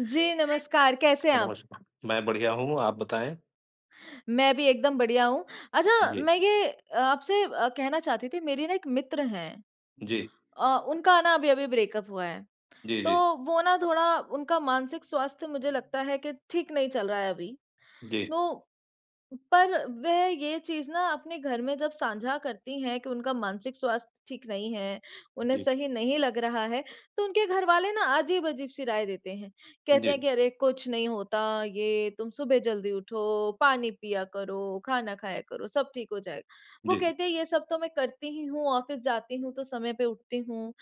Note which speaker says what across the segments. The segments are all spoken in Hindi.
Speaker 1: जी, नमस्कार, कैसे हैं आप?
Speaker 2: नमस्कार, मैं बढ़िया हूँ, आप बताएँ?
Speaker 1: मैं भी एकदम बढ़िया हूँ। अच्छा,
Speaker 2: जी,
Speaker 1: मैं ये आपसे कहना चाहती थी, मेरी ना एक मित्र हैं।
Speaker 2: जी,
Speaker 1: उनका ना अभी-अभी ब्रेकअप हुआ है।
Speaker 2: जी,
Speaker 1: तो
Speaker 2: जी,
Speaker 1: वो ना थोड़ा उनका मानसिक स्वास्थ्य मुझे लगता है कि ठीक नहीं चल रहा है अभी।
Speaker 2: जी,
Speaker 1: तो पर वह ये चीज़ ना अपने घर में जब साझा करती हैं कि उनका मानसिक स्वास्थ्य ठीक नहीं है, उन्हें
Speaker 2: जी,
Speaker 1: सही नहीं लग रहा है, तो उनके घरवाले ना अजीब-अजीब सी राय देते हैं। कहते हैं
Speaker 2: जी,
Speaker 1: कि अरे कुछ नहीं होता, ये तुम सुबह जल्दी उठो, पानी पिया करो, खाना खाया करो, सब ठीक हो जाएगा। वो
Speaker 2: जी,
Speaker 1: कहते हैं ये सब तो मैं करती ही हूँ, ऑफ़िस जाती हूँ तो समय पे उठती हूँ,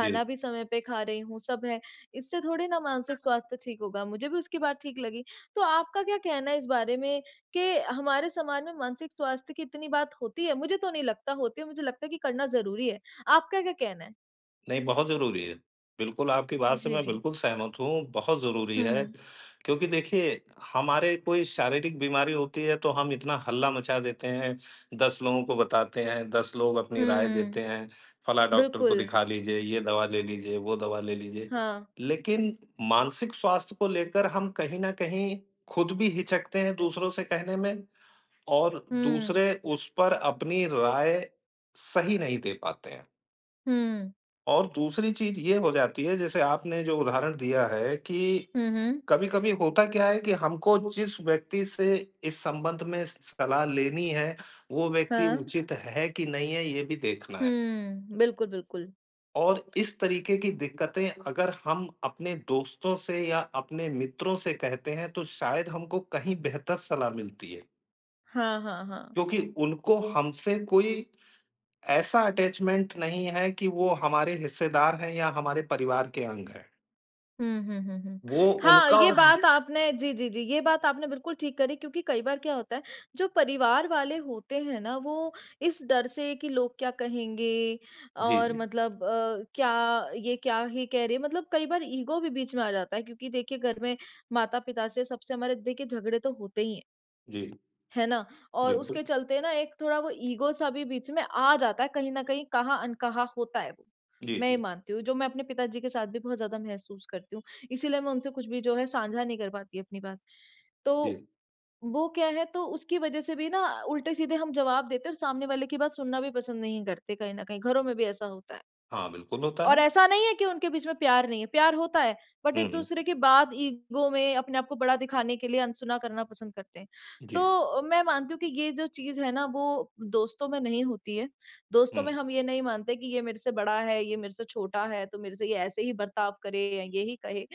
Speaker 2: जी।
Speaker 1: भी समय पे खा रही हूँ, सब है। इससे थोड़ी ना मानसिक स्वास्थ्य ठीक होगा, मुझे भी उसकी बात ठीक लगी। तो आपका क्या कहना है इस बारे में कि हमारे समाज में मानसिक स्वास्थ्य की इतनी बात होती है? मुझे तो नहीं लगता होती है, मुझे लगता है कि करना ज़रूरी है। आपका क्या कहना है?
Speaker 2: नहीं, बहुत ज़रूरी है। बिल्कुल, आपकी बात से
Speaker 1: जी,
Speaker 2: मैं
Speaker 1: जी।
Speaker 2: बिल्कुल सहमत हूँ, बहुत ज़रूरी है।
Speaker 1: हुँ,
Speaker 2: क्योंकि देखिए, हमारे कोई शारीरिक बीमारी होती है, तो हम इतना हल्ला मचा देते हैं, 10 लोगों को बताते हैं, 10 लोग अपनी राय देते
Speaker 1: हुँ।
Speaker 2: हैं, फलाँ डॉक्टर को
Speaker 1: बिल्कुल,
Speaker 2: दिखा लीजिए, ये दवा ले लीजिए, वो दवा ले लीजिए।
Speaker 1: हाँ।
Speaker 2: लेकिन मानसिक स्वास्थ्य को लेकर हम कहीं न कहीं खुद भी हिचकते हैं दूसरों से कहने में और
Speaker 1: हुँ,
Speaker 2: दूसरे उस पर अपनी राय सही नहीं दे पाते हैं।
Speaker 1: हुँ।
Speaker 2: और दूसरी चीज़ ये हो जाती है जैसे आपने जो उदाहरण दिया है कि
Speaker 1: हुँ, हुँ।
Speaker 2: कभी-कभी होता क्या है कि हमको जिस व्यक्ति से इस संबंध में सलाह लेनी है, वो व्यक्ति
Speaker 1: हाँ।
Speaker 2: उचित है कि नहीं है ये भी देखना है।
Speaker 1: हुँ। बिल्कुल, बिल्कुल।
Speaker 2: और इस तरीके की दिक्कतें अगर हम अपने दोस्तों से या अपने मित्रों से कहते हैं तो शायद हमको कहीं बेहतर सलाह मिलती है।
Speaker 1: हाँ, हाँ, हाँ।
Speaker 2: क्योंकि उनको हमसे कोई ऐसा अटैचमेंट नहीं है कि वो हमारे हिस्सेदार हैं या हमारे परिवार के अंग हैं।
Speaker 1: हुँ, हुँ, हुँ, हुँ।
Speaker 2: वो
Speaker 1: हाँ,
Speaker 2: उनका
Speaker 1: ये
Speaker 2: और हाँ।
Speaker 1: बात आपने जी, जी, जी, ये बात आपने बिल्कुल ठीक करी क्योंकि कई बार क्या होता है, जो परिवार वाले होते हैं ना, वो इस डर से कि लोग क्या कहेंगे
Speaker 2: जी,
Speaker 1: और
Speaker 2: जी,
Speaker 1: मतलब क्या ये क्या ही कह रहे हैं, मतलब कई बार ईगो भी बीच में आ जाता है क्योंकि देखिए घर में माता-पिता से सबसे हमारे देखिए झगड़े तो होते ही हैं।
Speaker 2: जी,
Speaker 1: है ना? और
Speaker 2: बिल्कुल।
Speaker 1: उसके चलते ना एक थोड़ा वो ईगो सा भी बीच में आ जाता है, कहीं न कहीं कहा-अनकहा होता है वो।
Speaker 2: जी,
Speaker 1: मैं ये
Speaker 2: जी,
Speaker 1: मानती हूँ, जो मैं अपने पिताजी के साथ भी बहुत ज़्यादा महसूस करती हूँ। इसीलिए मैं उनसे कुछ भी जो है साझा नहीं कर पाती अपनी बात। तो
Speaker 2: जी।
Speaker 1: वो क्या है तो उसकी वज़ह से भी ना उल्टे-सीधे हम जवाब देते हैं और सामने वाले की बात सुनना भी पसंद नहीं करते कहीं न कहीं, घरों में भी ऐसा होता है।
Speaker 2: हाँ, बिल्कुल होता
Speaker 1: और
Speaker 2: है।
Speaker 1: ऐसा नहीं है कि उनके बीच में प्यार नहीं है, प्यार होता है, बट
Speaker 2: हुँ,
Speaker 1: एक-दूसरे की बात ईगो में अपने आप को बड़ा दिखाने के लिए अनसुना करना पसंद करते हैं।
Speaker 2: जी,
Speaker 1: तो मैं मानती हूँ कि ये जो चीज़ है ना वो दोस्तों में नहीं होती है। दोस्तों में
Speaker 2: हुँ,
Speaker 1: हम ये नहीं मानते कि ये मेरे से बड़ा है, ये मेरे से छोटा है, तो मेरे से ये ऐसे ही बर्ताव करे या ये ही कहे।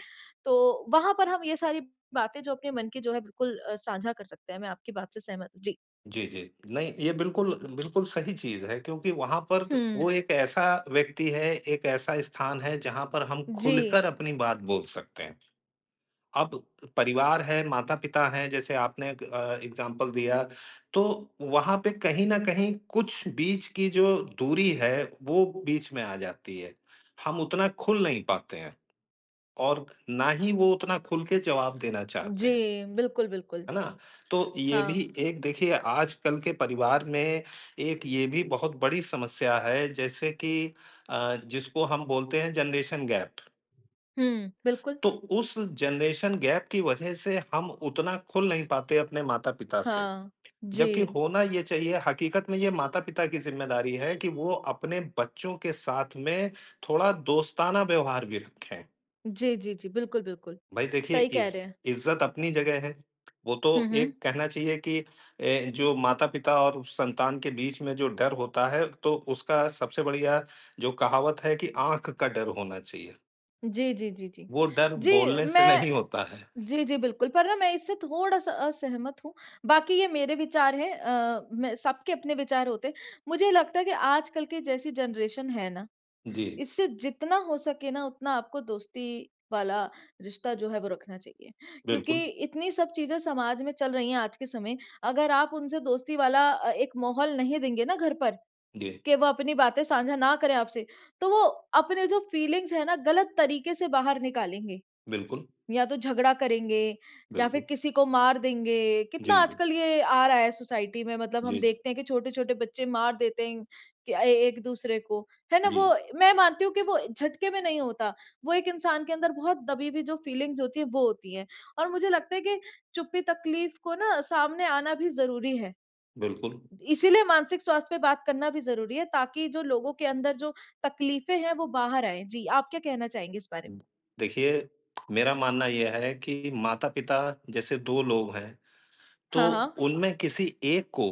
Speaker 1: तो वहाँ पर हम ये सारी बातें जो अपने मन की जो है बिल्कुल साझा कर सकते हैं। मैं आपकी बात से सहमत हूँ। जी।
Speaker 2: जी, जी। नहीं, ये बिल्कुल बिल्कुल सही चीज़ है क्योंकि वहाँ पर त
Speaker 1: हुँ।
Speaker 2: वो एक ऐसा व्यक्ति है, एक ऐसा स्थान है जहाँ पर हम
Speaker 1: जी।
Speaker 2: खुलकर अपनी बात बोल सकते हैं। अब परिवार है, माता-पिता हैं जैसे आपने एक एग्ज़ाम्पल दिया, तो वहाँ पे कहीं न कहीं कुछ बीच की जो दूरी है, वो बीच में आ जाती है। हम उतना खुल नहीं पाते हैं। और ना ही वो उतना खुल के जवाब देना चाहते
Speaker 1: जी,
Speaker 2: हैं,
Speaker 1: बिल्कुल, बिल्कुल।
Speaker 2: है ना? तो ये भी
Speaker 1: हाँ।
Speaker 2: एक देखिए आजकल के परिवार में एक ये भी बहुत बड़ी समस्या है जैसे कि जिसको हम बोलते हैं जनरेशन गैप।
Speaker 1: हुँ, बिल्कुल।
Speaker 2: तो उस जनरेशन गैप की वजह से हम उतना खुल नहीं पाते अपने माता-पिता से,
Speaker 1: हाँ,
Speaker 2: जबकि
Speaker 1: जी।
Speaker 2: होना ये चाहिए हकीकत में ये माता-पिता की ज़िम्मेदारी है कि वो अपने बच्चों के साथ में थोड़ा दोस्ताना व्यवहार भी रखें।
Speaker 1: जी, जी, जी, बिल्कुल, बिल्कुल।
Speaker 2: भाई देखिए
Speaker 1: सही कह
Speaker 2: इज
Speaker 1: रहे हैं।
Speaker 2: इज्जत अपनी जगह है। वो तो
Speaker 1: हुँ, हुँ।
Speaker 2: एक कहना चाहिए कि जो माता-पिता और उस संतान के बीच में जो डर होता है, तो उसका सबसे बढ़िया जो कहावत है कि आँख का डर होना चाहिए।
Speaker 1: जी, जी, जी, जी।
Speaker 2: वो डर
Speaker 1: जी,
Speaker 2: बोलने से
Speaker 1: मैं
Speaker 2: नहीं होता है।
Speaker 1: जी, जी, बिल्कुल, पर ना मैं इससे थोड़ा-सा असहमत हूँ। बाकी ये मेरे विचार हैं, मैं सबके अपने विचार होते हैं। मुझे लगता है कि आजकल की जैसी जनरेशन है ना,
Speaker 2: जी,
Speaker 1: इससे जितना हो सके ना उतना आपको दोस्ती वाला रिश्ता जो है वो रखना चाहिए।
Speaker 2: बिल्कुल।
Speaker 1: क्योंकि इतनी सब चीज़ें समाज में चल रही हैं आज के समय, अगर आप उनसे दोस्ती वाला एक माहौल नहीं देंगे ना घर पर
Speaker 2: जी,
Speaker 1: कि वो अपनी बातें साझा ना करें आपसे, तो वो अपने जो फीलिंग्स है ना गलत तरीके से बाहर निकालेंगे।
Speaker 2: बिल्कुल,
Speaker 1: या तो झगड़ा करेंगे या फिर
Speaker 2: बिल्कुल।
Speaker 1: किसी को मार देंगे। कितना
Speaker 2: जी, जी,
Speaker 1: आजकल ये आ रहा है सोसाइटी में मतलब हम
Speaker 2: जी,
Speaker 1: देखते हैं कि छोटे-छोटे बच्चे मार देते हैं कि ए एक-दूसरे को, है ना? वो
Speaker 2: जी,
Speaker 1: मैं मानती हूँ कि वो झटके में नहीं होता। वो एक इंसान के अंदर बहुत दबी हुई जो फीलिंग्स होती है वो होती है। और मुझे लगता है कि चुप्पी तकलीफ को ना सामने आना भी ज़रूरी है।
Speaker 2: बिल्कुल।
Speaker 1: इसीलिए मानसिक स्वास्थ्य पे बात करना भी ज़रूरी है ताकि जो लोगों के अंदर जो तकलीफ़ें हैं वो बाहर आएँ। जी, आप क्या कहना चाहेंगे इस बारे में?
Speaker 2: देखिए, मेरा मानना ये है कि माता-पिता जैसे 2 लोग हैं तो
Speaker 1: हाँ, हाँ।
Speaker 2: उनमें किसी एक को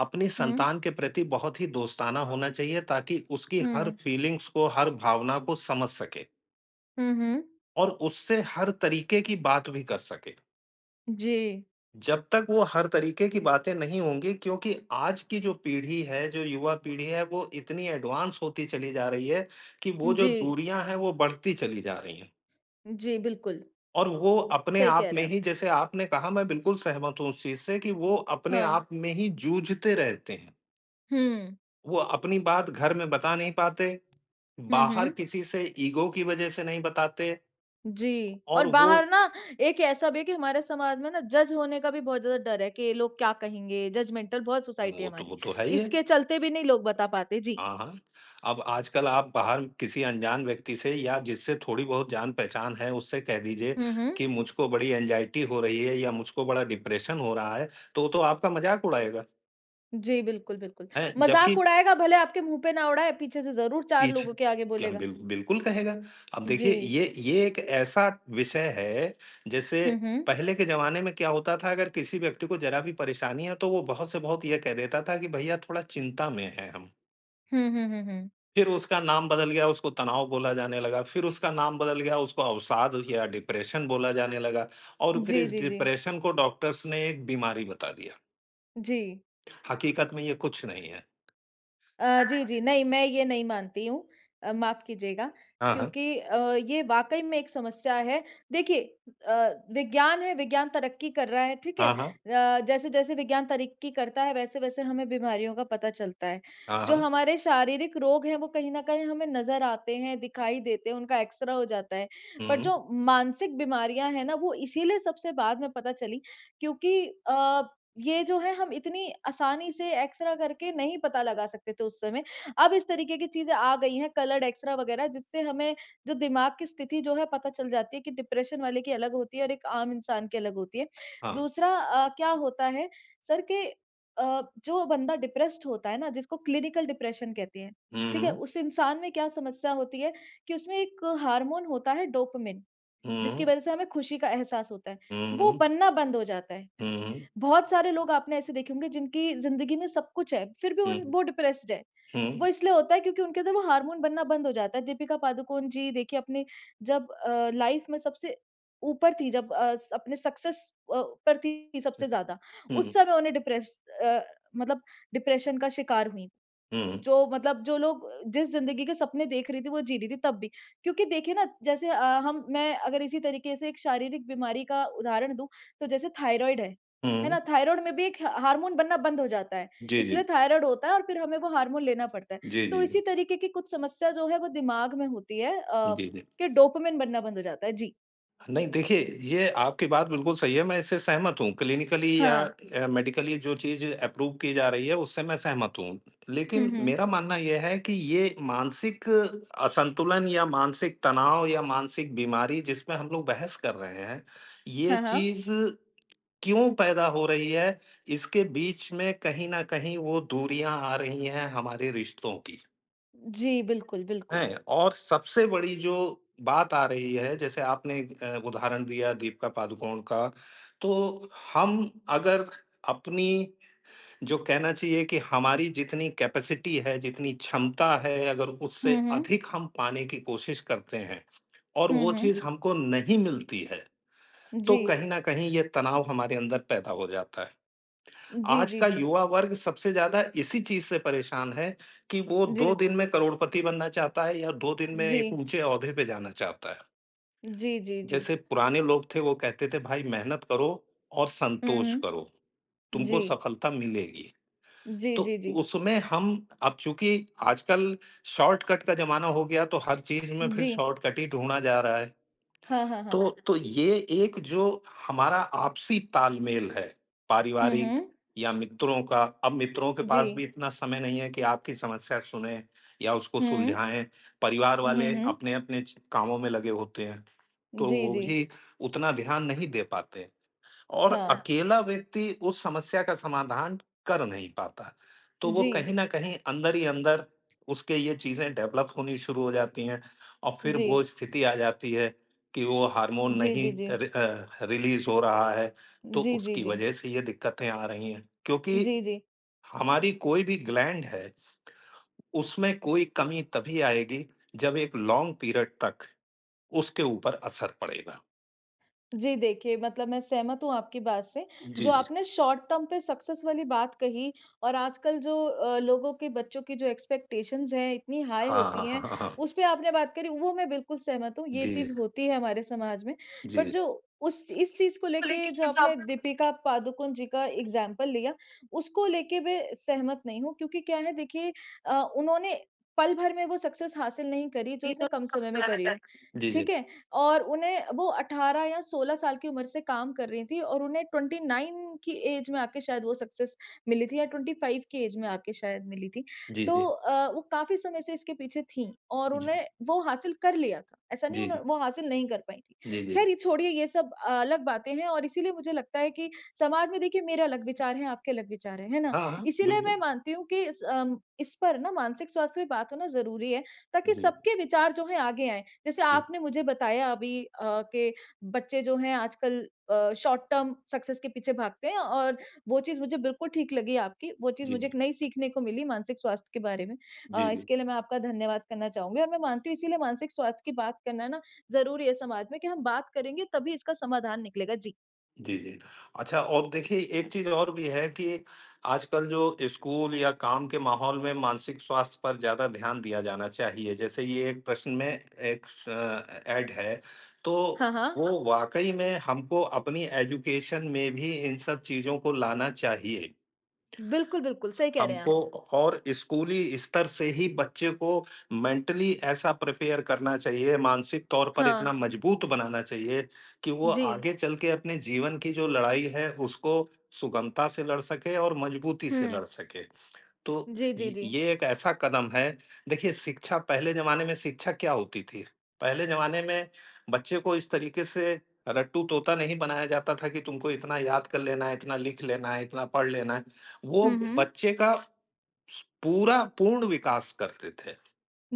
Speaker 2: अपनी
Speaker 1: हुँ,
Speaker 2: संतान के प्रति बहुत ही दोस्ताना होना चाहिए ताकि उसकी हर
Speaker 1: हुँ,
Speaker 2: फीलिंग्स को, हर भावना को समझ सके
Speaker 1: हुँ, हुँ।
Speaker 2: और उससे हर तरीके की बात भी कर सके।
Speaker 1: जी,
Speaker 2: जब तक वो हर तरीके की बातें नहीं होंगी क्योंकि आज की जो पीढ़ी है, जो युवा पीढ़ी है, वो इतनी एडवांस होती चली जा रही है कि वो जो
Speaker 1: जी,
Speaker 2: दूरियाँ हैं, वो बढ़ती चली जा रही हैं।
Speaker 1: जी, बिल्कुल,
Speaker 2: और वो अपने
Speaker 1: सही कह
Speaker 2: आप में
Speaker 1: रहे हैं।
Speaker 2: ही जैसे आपने कहा मैं बिल्कुल सहमत हूँ उस चीज़ से कि वो अपने
Speaker 1: हाँ,
Speaker 2: आप में ही जूझते रहते हैं।
Speaker 1: हुँ,
Speaker 2: वो अपनी बात घर में बता नहीं पाते,
Speaker 1: हुँ,
Speaker 2: बाहर
Speaker 1: हुँ।
Speaker 2: किसी से ईगो की वजह से नहीं बताते
Speaker 1: जी,
Speaker 2: और
Speaker 1: और बाहर ना एक ऐसा भी है कि हमारे समाज में ना जज होने का भी बहुत ज़्यादा डर है कि लोग क्या कहेंगे, जजमेंटल बहुत सोसाइटी
Speaker 2: वो
Speaker 1: है
Speaker 2: तो
Speaker 1: हमारी।
Speaker 2: वो तो है ही है।
Speaker 1: इसके चलते भी नहीं लोग बता पाते। जी।
Speaker 2: हाँ, हाँ। अब आजकल आप बाहर किसी अनजान व्यक्ति से या जिससे थोड़ी बहुत जान-पहचान है, उससे कह दीजिए
Speaker 1: हुँ, हुँ।
Speaker 2: कि मुझको बड़ी एंग्जायटी हो रही है या मुझको बड़ा डिप्रेशन हो रहा है, तो वो तो आपका मज़ाक उड़ाएगा,
Speaker 1: जी, बिल्कुल, बिल्कुल।
Speaker 2: हैं?
Speaker 1: मज़ाक
Speaker 2: जबकि
Speaker 1: उड़ाएगा भले आपके मुँह पे ना उड़ाए, पीछे से ज़रूर 4
Speaker 2: पीछ
Speaker 1: लोगों के आगे
Speaker 2: हम
Speaker 1: बोलेगा।
Speaker 2: बिल्कुल कहेगा। अब
Speaker 1: जी।
Speaker 2: देखिए ये एक ऐसा विषय है, जैसे
Speaker 1: हुँ, हुँ।
Speaker 2: पहले के ज़माने में क्या होता था अगर किसी व्यक्ति को ज़रा भी परेशानी है तो वो बहुत से बहुत ये कह देता था कि भैया थोड़ा चिंता में हैं हम।
Speaker 1: हुँ, हुँ, हुँ, हुँ।
Speaker 2: फिर उसका नाम बदल गया, उसको तनाव बोला जाने लगा, फिर उसका नाम बदल गया, उसको अवसाद या डिप्रेशन बोला जाने लगा और फिर
Speaker 1: जी,
Speaker 2: इस
Speaker 1: जी, जी।
Speaker 2: डिप्रेशन को डॉक्टर्स ने एक बीमारी बता दिया।
Speaker 1: जी।
Speaker 2: हकीकत में ये कुछ नहीं है। हाँ,
Speaker 1: जी, जी। नहीं, मैं ये नहीं मानती हूँ, माफ़ कीजिएगा
Speaker 2: हाँ।
Speaker 1: क्योंकि ये वाक़ई में एक समस्या है। देखिए, अ, विज्ञान है, विज्ञान तरक्की कर रहा है, ठीक है?
Speaker 2: हाँ, हाँ।
Speaker 1: जैसे-जैसे विज्ञान तरक्की करता है, वैसे-वैसे हमें बीमारियों का पता चलता है।
Speaker 2: हाँ,
Speaker 1: जो
Speaker 2: हाँ।
Speaker 1: हमारे शारीरिक रोग हैं, वो कहीं न कहीं हमें नज़र आते हैं, दिखाई देते हैं, उनका एक्स-रे हो जाता है। पर
Speaker 2: हुँ,
Speaker 1: जो मानसिक बीमारियाँ हैं ना, वो इसीलिए सबसे बाद में पता चली क्योंकि अ ये जो है हम इतनी आसानी से एक्सरा करके नहीं पता लगा सकते थे उस समय। अब इस तरीके की चीज़ें आ गई हैं कलर्ड एक्सरा वगैरह जिससे हमें जो दिमाग की स्थिति जो है पता चल जाती है कि डिप्रेशन वाले की अलग होती है और एक आम इंसान की अलग होती है।
Speaker 2: हाँ।
Speaker 1: दूसरा, क्या होता है सर कि जो बंदा डिप्रेस्ड होता है ना जिसको क्लिनिकल डिप्रेशन कहते हैं,
Speaker 2: हुँ,
Speaker 1: ठीक है?
Speaker 2: हुँ।
Speaker 1: उस इंसान में क्या समस्या होती है कि उसमें एक हार्मोन होता है डोपामाइन
Speaker 2: हुँ,
Speaker 1: जिसकी
Speaker 2: हुँ।
Speaker 1: वज़ह से हमें खुशी का एहसास होता है,
Speaker 2: हुँ,
Speaker 1: वो
Speaker 2: हुँ।
Speaker 1: बनना बंद हो जाता है।
Speaker 2: हुँ, हुँ।
Speaker 1: बहुत सारे लोग आपने ऐसे देखे होंगे जिनकी ज़िंदगी में सब कुछ है, फिर भी उन वो डिप्रेस्ड है। वो
Speaker 2: हुँ,
Speaker 1: इसलिए होता है क्योंकि उनके अंदर वो हार्मोन बनना बंद हो जाता है। दीपिका पादुकोण जी देखिए अपने जब लाइफ में सबसे ऊपर थी जब अ, स अपने सक्सेस पर थी सबसे ज़्यादा,
Speaker 2: हुँ,
Speaker 1: उस समय उन्हें डिप्रेस अ, मतलब डिप्रेशन का शिकार हुईं।
Speaker 2: हुँ,
Speaker 1: जो मतलब जो लोग जिस ज़िंदगी के सपने देख रही थी, वो जी रही थी तब भी। क्योंकि देखिए ना जैसे, अ, हम मैं अगर इसी तरीके से एक शारीरिक बीमारी का उदाहरण दूँ, तो जैसे थायरॉइड है। है
Speaker 2: हुँ।
Speaker 1: ना? थायराइड में भी एक हार्मोन बनना बंद हो जाता है,
Speaker 2: जी, जी।
Speaker 1: इसलिए थायराइड होता है और फिर हमें वो हार्मोन लेना पड़ता है।
Speaker 2: जी, जी,
Speaker 1: तो
Speaker 2: जी।
Speaker 1: इसी तरीके की कुछ समस्या जो है वो दिमाग में होती है,
Speaker 2: जी, जी।
Speaker 1: कि डोपामाइन बनना बंद हो जाता है। जी।
Speaker 2: नहीं देखिए, ये आपकी बात बिल्कुल सही है, मैं इससे सहमत हूँ। क्लिनिकली
Speaker 1: हाँ।
Speaker 2: या मेडिकली जो चीज़ अप्रूव की जा रही है, उससे मैं सहमत हूँ।
Speaker 1: हुँ,
Speaker 2: लेकिन
Speaker 1: हुँ।
Speaker 2: मेरा मानना ये है कि ये मानसिक असंतुलन या मानसिक तनाव या मानसिक बीमारी जिस पे हम लोग बहस कर रहे हैं, ये
Speaker 1: हाँ, हाँ।
Speaker 2: चीज़ क्यों पैदा हो रही है इसके बीच में कहीं ना कहीं वो दूरियां आ रही हैं हमारे रिश्तों की
Speaker 1: जी, बिल्कुल, बिल्कुल।
Speaker 2: हैं और सबसे बड़ी जो बात आ रही है जैसे आपने उदाहरण दिया दीपिका पादुकोण का तो हम अगर अपनी जो कहना चाहिए कि हमारी जितनी कैपेसिटी है जितनी क्षमता है अगर उससे
Speaker 1: हुँ, हुँ।
Speaker 2: अधिक हम पाने की कोशिश करते हैं और
Speaker 1: हुँ,
Speaker 2: वो
Speaker 1: हुँ।
Speaker 2: चीज़ हमको नहीं मिलती है तो
Speaker 1: जी।
Speaker 2: कहीं ना कहीं ये तनाव हमारे अंदर पैदा हो जाता है।
Speaker 1: जी,
Speaker 2: आज
Speaker 1: जी,
Speaker 2: का
Speaker 1: जी।
Speaker 2: युवा वर्ग सबसे ज्यादा इसी चीज से परेशान है कि वो
Speaker 1: जी।
Speaker 2: 2 दिन में करोड़पति बनना चाहता है या 2 दिन में
Speaker 1: जी।
Speaker 2: एक ऊंचे ओहदे पे जाना चाहता है।
Speaker 1: जी, जी, जी।
Speaker 2: जैसे पुराने लोग थे वो कहते थे भाई मेहनत करो और
Speaker 1: हुँ,
Speaker 2: संतोष करो,
Speaker 1: हुँ। जी।
Speaker 2: तुमको सफलता मिलेगी।
Speaker 1: जी,
Speaker 2: तो
Speaker 1: जी, जी।
Speaker 2: उसमें हम अब चूँकि आजकल शॉर्टकट का ज़माना हो गया तो हर चीज़ में फिर
Speaker 1: जी।
Speaker 2: शॉर्टकट ही ढूँढा जा रहा है।
Speaker 1: हाँ, हाँ, हाँ।
Speaker 2: तो ये एक जो हमारा आपसी तालमेल है,
Speaker 1: हुँ,
Speaker 2: पारिवारिक
Speaker 1: हुँ।
Speaker 2: या मित्रों का अब मित्रों के
Speaker 1: जी।
Speaker 2: पास भी इतना समय नहीं है कि आपकी समस्या सुनें या उसको
Speaker 1: हुँ।
Speaker 2: सुलझाएँ। परिवार
Speaker 1: हुँ,
Speaker 2: वाले
Speaker 1: हुँ।
Speaker 2: अपने-अपने च कामों में लगे होते हैं, तो
Speaker 1: जी,
Speaker 2: वो
Speaker 1: जी।
Speaker 2: भी उतना ध्यान नहीं दे पाते। और
Speaker 1: हाँ।
Speaker 2: अकेला व्यक्ति उस समस्या का समाधान कर नहीं पाता। तो वो
Speaker 1: जी।
Speaker 2: कहीं न कहीं अंदर ही अंदर उसके ये चीज़ें डेवलप होनी शुरू हो जाती हैं और फिर
Speaker 1: जी।
Speaker 2: वो स्थिति आ जाती है कि वो हार्मोन
Speaker 1: जी,
Speaker 2: नहीं
Speaker 1: जी, जी।
Speaker 2: रिलीज़ हो रहा है, तो
Speaker 1: जी, जी,
Speaker 2: उसकी
Speaker 1: जी।
Speaker 2: वजह से ये दिक्कतें आ रही हैं। क्योंकि
Speaker 1: जी, जी।
Speaker 2: हमारी कोई भी ग्लैंड है, उसमें कोई कमी तभी आएगी जब एक लॉन्ग पीरियड तक उसके ऊपर असर पड़ेगा।
Speaker 1: जी, देखिए मतलब मैं सहमत हूँ आपकी बात से।
Speaker 2: जी,
Speaker 1: जो
Speaker 2: जी।
Speaker 1: आपने शॉर्ट टर्म पे सक्सेस वाली बात कही और आजकल जो लोगों के बच्चों की जो एक्सपेक्टेशंस हैं, इतनी हाई
Speaker 2: हाँ, हाँ,
Speaker 1: होती हैं,
Speaker 2: हाँ, हाँ।
Speaker 1: उस पे आपने बात करी, वो मैं बिल्कुल सहमत हूँ, ये
Speaker 2: जी,
Speaker 1: चीज़ होती है हमारे समाज में। बट
Speaker 2: जी।
Speaker 1: जो उस इस चीज़ को लेके जो आपने दीपिका पादुकोण जी का एग्ज़ाम्पल लिया, उसको लेके मैं सहमत नहीं हूँ क्योंकि क्या है देखिए, उन्होंने पल भर में वो सक्सेस हासिल नहीं करी, जो उसने कम समय में करी हो,
Speaker 2: जी, जी।
Speaker 1: ठीक है? और उन्हें वो 18 या 16 साल की उम्र से काम कर रही थी और उन्हें 29 की एज में आके शायद वो सक्सेस मिली थी या 25 की एज में आके शायद मिली थी।
Speaker 2: जी,
Speaker 1: तो
Speaker 2: जी।
Speaker 1: वो काफ़ी समय से इसके पीछे थीं और
Speaker 2: जी,
Speaker 1: उन्हें वो हासिल कर लिया था। ऐसा नहीं उन्हों
Speaker 2: जी,
Speaker 1: वो हासिल नहीं कर पाई थी।
Speaker 2: जी, जी।
Speaker 1: ख़ैर ये छोड़िए ये सब अलग बातें हैं और इसीलिए मुझे लगता है कि समाज में देखिए मेरे अलग विचार हैं, आपके अलग विचार हैं, है ना?
Speaker 2: हाँ, हाँ,
Speaker 1: इसीलिए मैं
Speaker 2: बिल्कुल।
Speaker 1: मानती हूँ कि इस पर ना मानसिक स्वास्थ्य पे बात होना ज़रूरी है ताकि
Speaker 2: जी,
Speaker 1: सबके विचार जो हैं आगे आएँ। जैसे
Speaker 2: जी, जी,
Speaker 1: आपने मुझे बताया अभी, अ, के बच्चे जो हैं आजकल शॉर्ट टर्म सक्सेस के पीछे भागते हैं और वो चीज़ मुझे बिल्कुल ठीक लगी आपकी। वो चीज़
Speaker 2: जी।
Speaker 1: मुझे एक नई सीखने को मिली मानसिक स्वास्थ्य के बारे में।
Speaker 2: जी, जी।
Speaker 1: इसके लिए मैं आपका धन्यवाद करना चाहूँगी और मैं मानती हूँ इसीलिए मानसिक स्वास्थ्य की बात करना ना ज़रूरी है समाज में कि हम बात करेंगे तभी इसका समाधान निकलेगा। जी।
Speaker 2: जी, जी। अच्छा और देखिए एक चीज़ और भी है कि आजकल जो स्कूल या काम के माहौल में मानसिक स्वास्थ्य पर ज़्यादा ध्यान दिया जाना चाहिए। जैसे ये एक प्रश्न में एक स ऐड है, तो
Speaker 1: हाँ, हाँ।
Speaker 2: वो वाक़ई में हमको अपनी एजुकेशन में भी इन सब चीज़ों को लाना चाहिए।
Speaker 1: बिल्कुल, बिल्कुल सही कह रहे हैं
Speaker 2: हमको
Speaker 1: आप।
Speaker 2: और स्कूली स्तर से ही बच्चे को मेंटली ऐसा प्रिपेयर करना चाहिए मानसिक तौर पर
Speaker 1: हाँ।
Speaker 2: इतना मजबूत बनाना चाहिए कि वो
Speaker 1: जी।
Speaker 2: आगे चल के अपने जीवन की जो लड़ाई है उसको सुगमता से लड़ सके और मजबूती
Speaker 1: हुँ।
Speaker 2: से लड़ सके। तो
Speaker 1: जी, जी,
Speaker 2: ये
Speaker 1: जी।
Speaker 2: ये एक ऐसा कदम है। देखिए शिक्षा पहले ज़माने में शिक्षा क्या होती थी? पहले ज़माने में बच्चे को इस तरीके से रट्टू-तोता नहीं बनाया जाता था कि तुमको इतना याद कर लेना है, इतना लिख लेना है, इतना पढ़ लेना है। वो
Speaker 1: हुँ, हुँ।
Speaker 2: बच्चे का स पूरा पूर्ण विकास करते थे।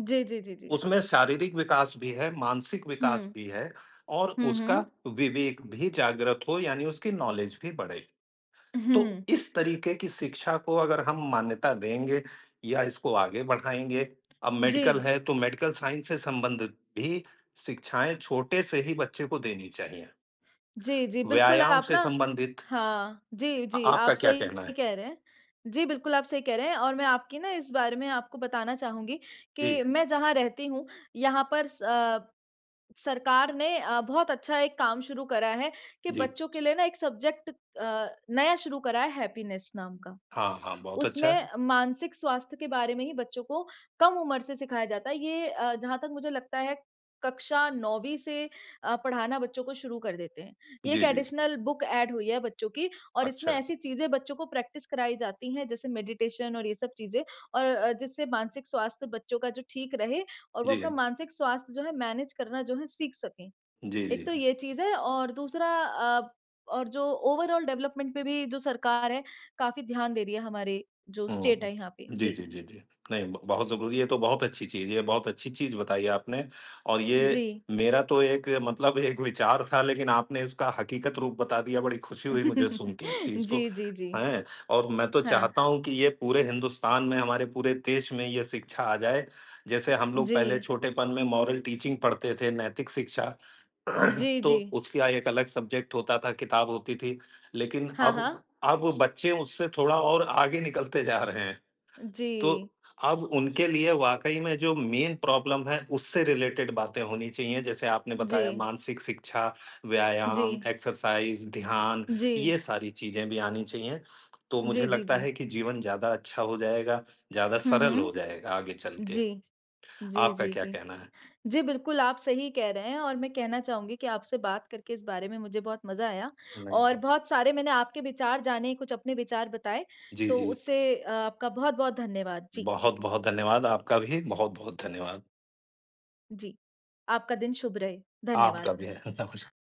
Speaker 1: जी, जी, जी, जी।
Speaker 2: उसमें शारीरिक विकास भी है, मानसिक विकास
Speaker 1: हुँ।
Speaker 2: भी है और
Speaker 1: हुँ,
Speaker 2: उसका
Speaker 1: हुँ।
Speaker 2: विवेक भी जागृत हो यानी उसकी नॉलेज भी बढ़े। तो
Speaker 1: हुँ।
Speaker 2: इस तरीके की शिक्षा को अगर हम मान्यता देंगे या इसको आगे बढ़ाएँगे, अब
Speaker 1: जी।
Speaker 2: मेडिकल है तो मेडिकल साइंस से संबंधित भी शिक्षाएँ छोटे से ही बच्चे को देनी चाहिए।
Speaker 1: जी, जी, बिल्कुल
Speaker 2: व्यायाम
Speaker 1: आप
Speaker 2: से
Speaker 1: ना
Speaker 2: संबंधित
Speaker 1: हाँ, जी, जी,
Speaker 2: आपका
Speaker 1: आप
Speaker 2: क्या कहना
Speaker 1: सही
Speaker 2: है?
Speaker 1: कह रहे हैं। जी, बिल्कुल आप सही कह रहे हैं और मैं आपकी ना इस बारे में आपको बताना चाहूँगी
Speaker 2: जी,
Speaker 1: कि मैं जहाँ रहती हूँ, यहाँ पर सरकार ने बहुत अच्छा एक काम शुरू करा है कि
Speaker 2: जी।
Speaker 1: बच्चों के लिए ना एक सब्जेक्ट नया शुरू करा है हैप्पीनेस नाम का।
Speaker 2: हाँ, हाँ, बहुत अच्छा है।
Speaker 1: उसमें मानसिक स्वास्थ्य के बारे में ही बच्चों को कम उम्र से सिखाया जाता है। ये, जहाँ तक मुझे लगता है कक्षा 9वीं से पढ़ाना बच्चों को शुरू कर देते हैं। ये एक
Speaker 2: जी, जी।
Speaker 1: एडिशनल बुक ऐड हुई है बच्चों की और इसमें
Speaker 2: अच्छा।
Speaker 1: ऐसी चीज़ें बच्चों को प्रैक्टिस कराई जाती हैं जैसे मेडिटेशन और ये सब चीज़ें और जिससे मानसिक स्वास्थ्य बच्चों का जो ठीक रहे और वो
Speaker 2: जी,
Speaker 1: अपना मानसिक स्वास्थ्य जो है मैनेज करना जो है सीख सकें।
Speaker 2: जी, जी,
Speaker 1: एक तो
Speaker 2: जी।
Speaker 1: ये चीज़ है और दूसरा, और जो ओवरऑल डेवलपमेंट पे भी जो सरकार है, काफ़ी ध्यान दे रही है हमारे जो स्टेट
Speaker 2: हुँ।
Speaker 1: है यहाँ पे।
Speaker 2: जी,
Speaker 1: जी,
Speaker 2: जी, जी, जी। नहीं ब बहुत ज़रूरी है तो बहुत अच्छी चीज़ है, बहुत अच्छी चीज़ बताई आपने और ये
Speaker 1: जी।
Speaker 2: मेरा तो एक मतलब एक विचार था लेकिन आपने इसका हकीकत रूप बता दिया, बड़ी खुशी हुई मुझे सुन के इस चीज़ को,
Speaker 1: जी, जी, जी।
Speaker 2: हैं? और मैं तो
Speaker 1: हाँ।
Speaker 2: चाहता हूँ कि ये पूरे हिंदुस्तान में, हमारे पूरे देश में ये शिक्षा आ जाए। जैसे हम लोग
Speaker 1: जी।
Speaker 2: पहले छोटेपन में मॉरल टीचिंग पढ़ते थे, नैतिक शिक्षा,
Speaker 1: जी,
Speaker 2: तो
Speaker 1: जी।
Speaker 2: उसका एक अलग सब्जेक्ट होता था, किताब होती थी। लेकिन
Speaker 1: हाँ, हाँ।
Speaker 2: अब बच्चे उससे थोड़ा और आगे निकलते जा रहे हैं।
Speaker 1: जी।
Speaker 2: तो अब उनके लिए वाक़ई में जो मेन प्रॉब्लम है, उससे रिलेटेड बातें होनी चाहिए। जैसे आपने
Speaker 1: जी।
Speaker 2: बताया मानसिक शिक्षा,
Speaker 1: जी।
Speaker 2: व्यायाम, एक्सरसाइज़, ध्यान,
Speaker 1: जी।
Speaker 2: ये सारी चीज़ें भी आनी चाहिए। तो मुझे
Speaker 1: जी, जी,
Speaker 2: लगता
Speaker 1: जी।
Speaker 2: है कि जीवन ज़्यादा अच्छा हो जाएगा, ज़्यादा
Speaker 1: हुँ,
Speaker 2: सरल हो
Speaker 1: हुँ।
Speaker 2: जाएगा आगे चल के।
Speaker 1: जी। जी,
Speaker 2: आपका
Speaker 1: जी,
Speaker 2: क्या
Speaker 1: जी।
Speaker 2: कहना है?
Speaker 1: जी, बिल्कुल, आप सही कह रहे हैं और मैं कहना चाहूँगी कि आपसे बात करके इस बारे में मुझे बहुत मज़ा आया
Speaker 2: नहीं
Speaker 1: और
Speaker 2: ब
Speaker 1: बहुत सारे मैंने आपके विचार जाने, कुछ अपने विचार बताए,
Speaker 2: जी,
Speaker 1: तो
Speaker 2: जी।
Speaker 1: उससे आपका बहुत-बहुत धन्यवाद। जी,
Speaker 2: बहुत-बहुत धन्यवाद। आपका भी बहुत-बहुत धन्यवाद।
Speaker 1: जी। आपका दिन शुभ रहे।
Speaker 2: आपका
Speaker 1: धन्यवाद।
Speaker 2: भी है। नमस्कार।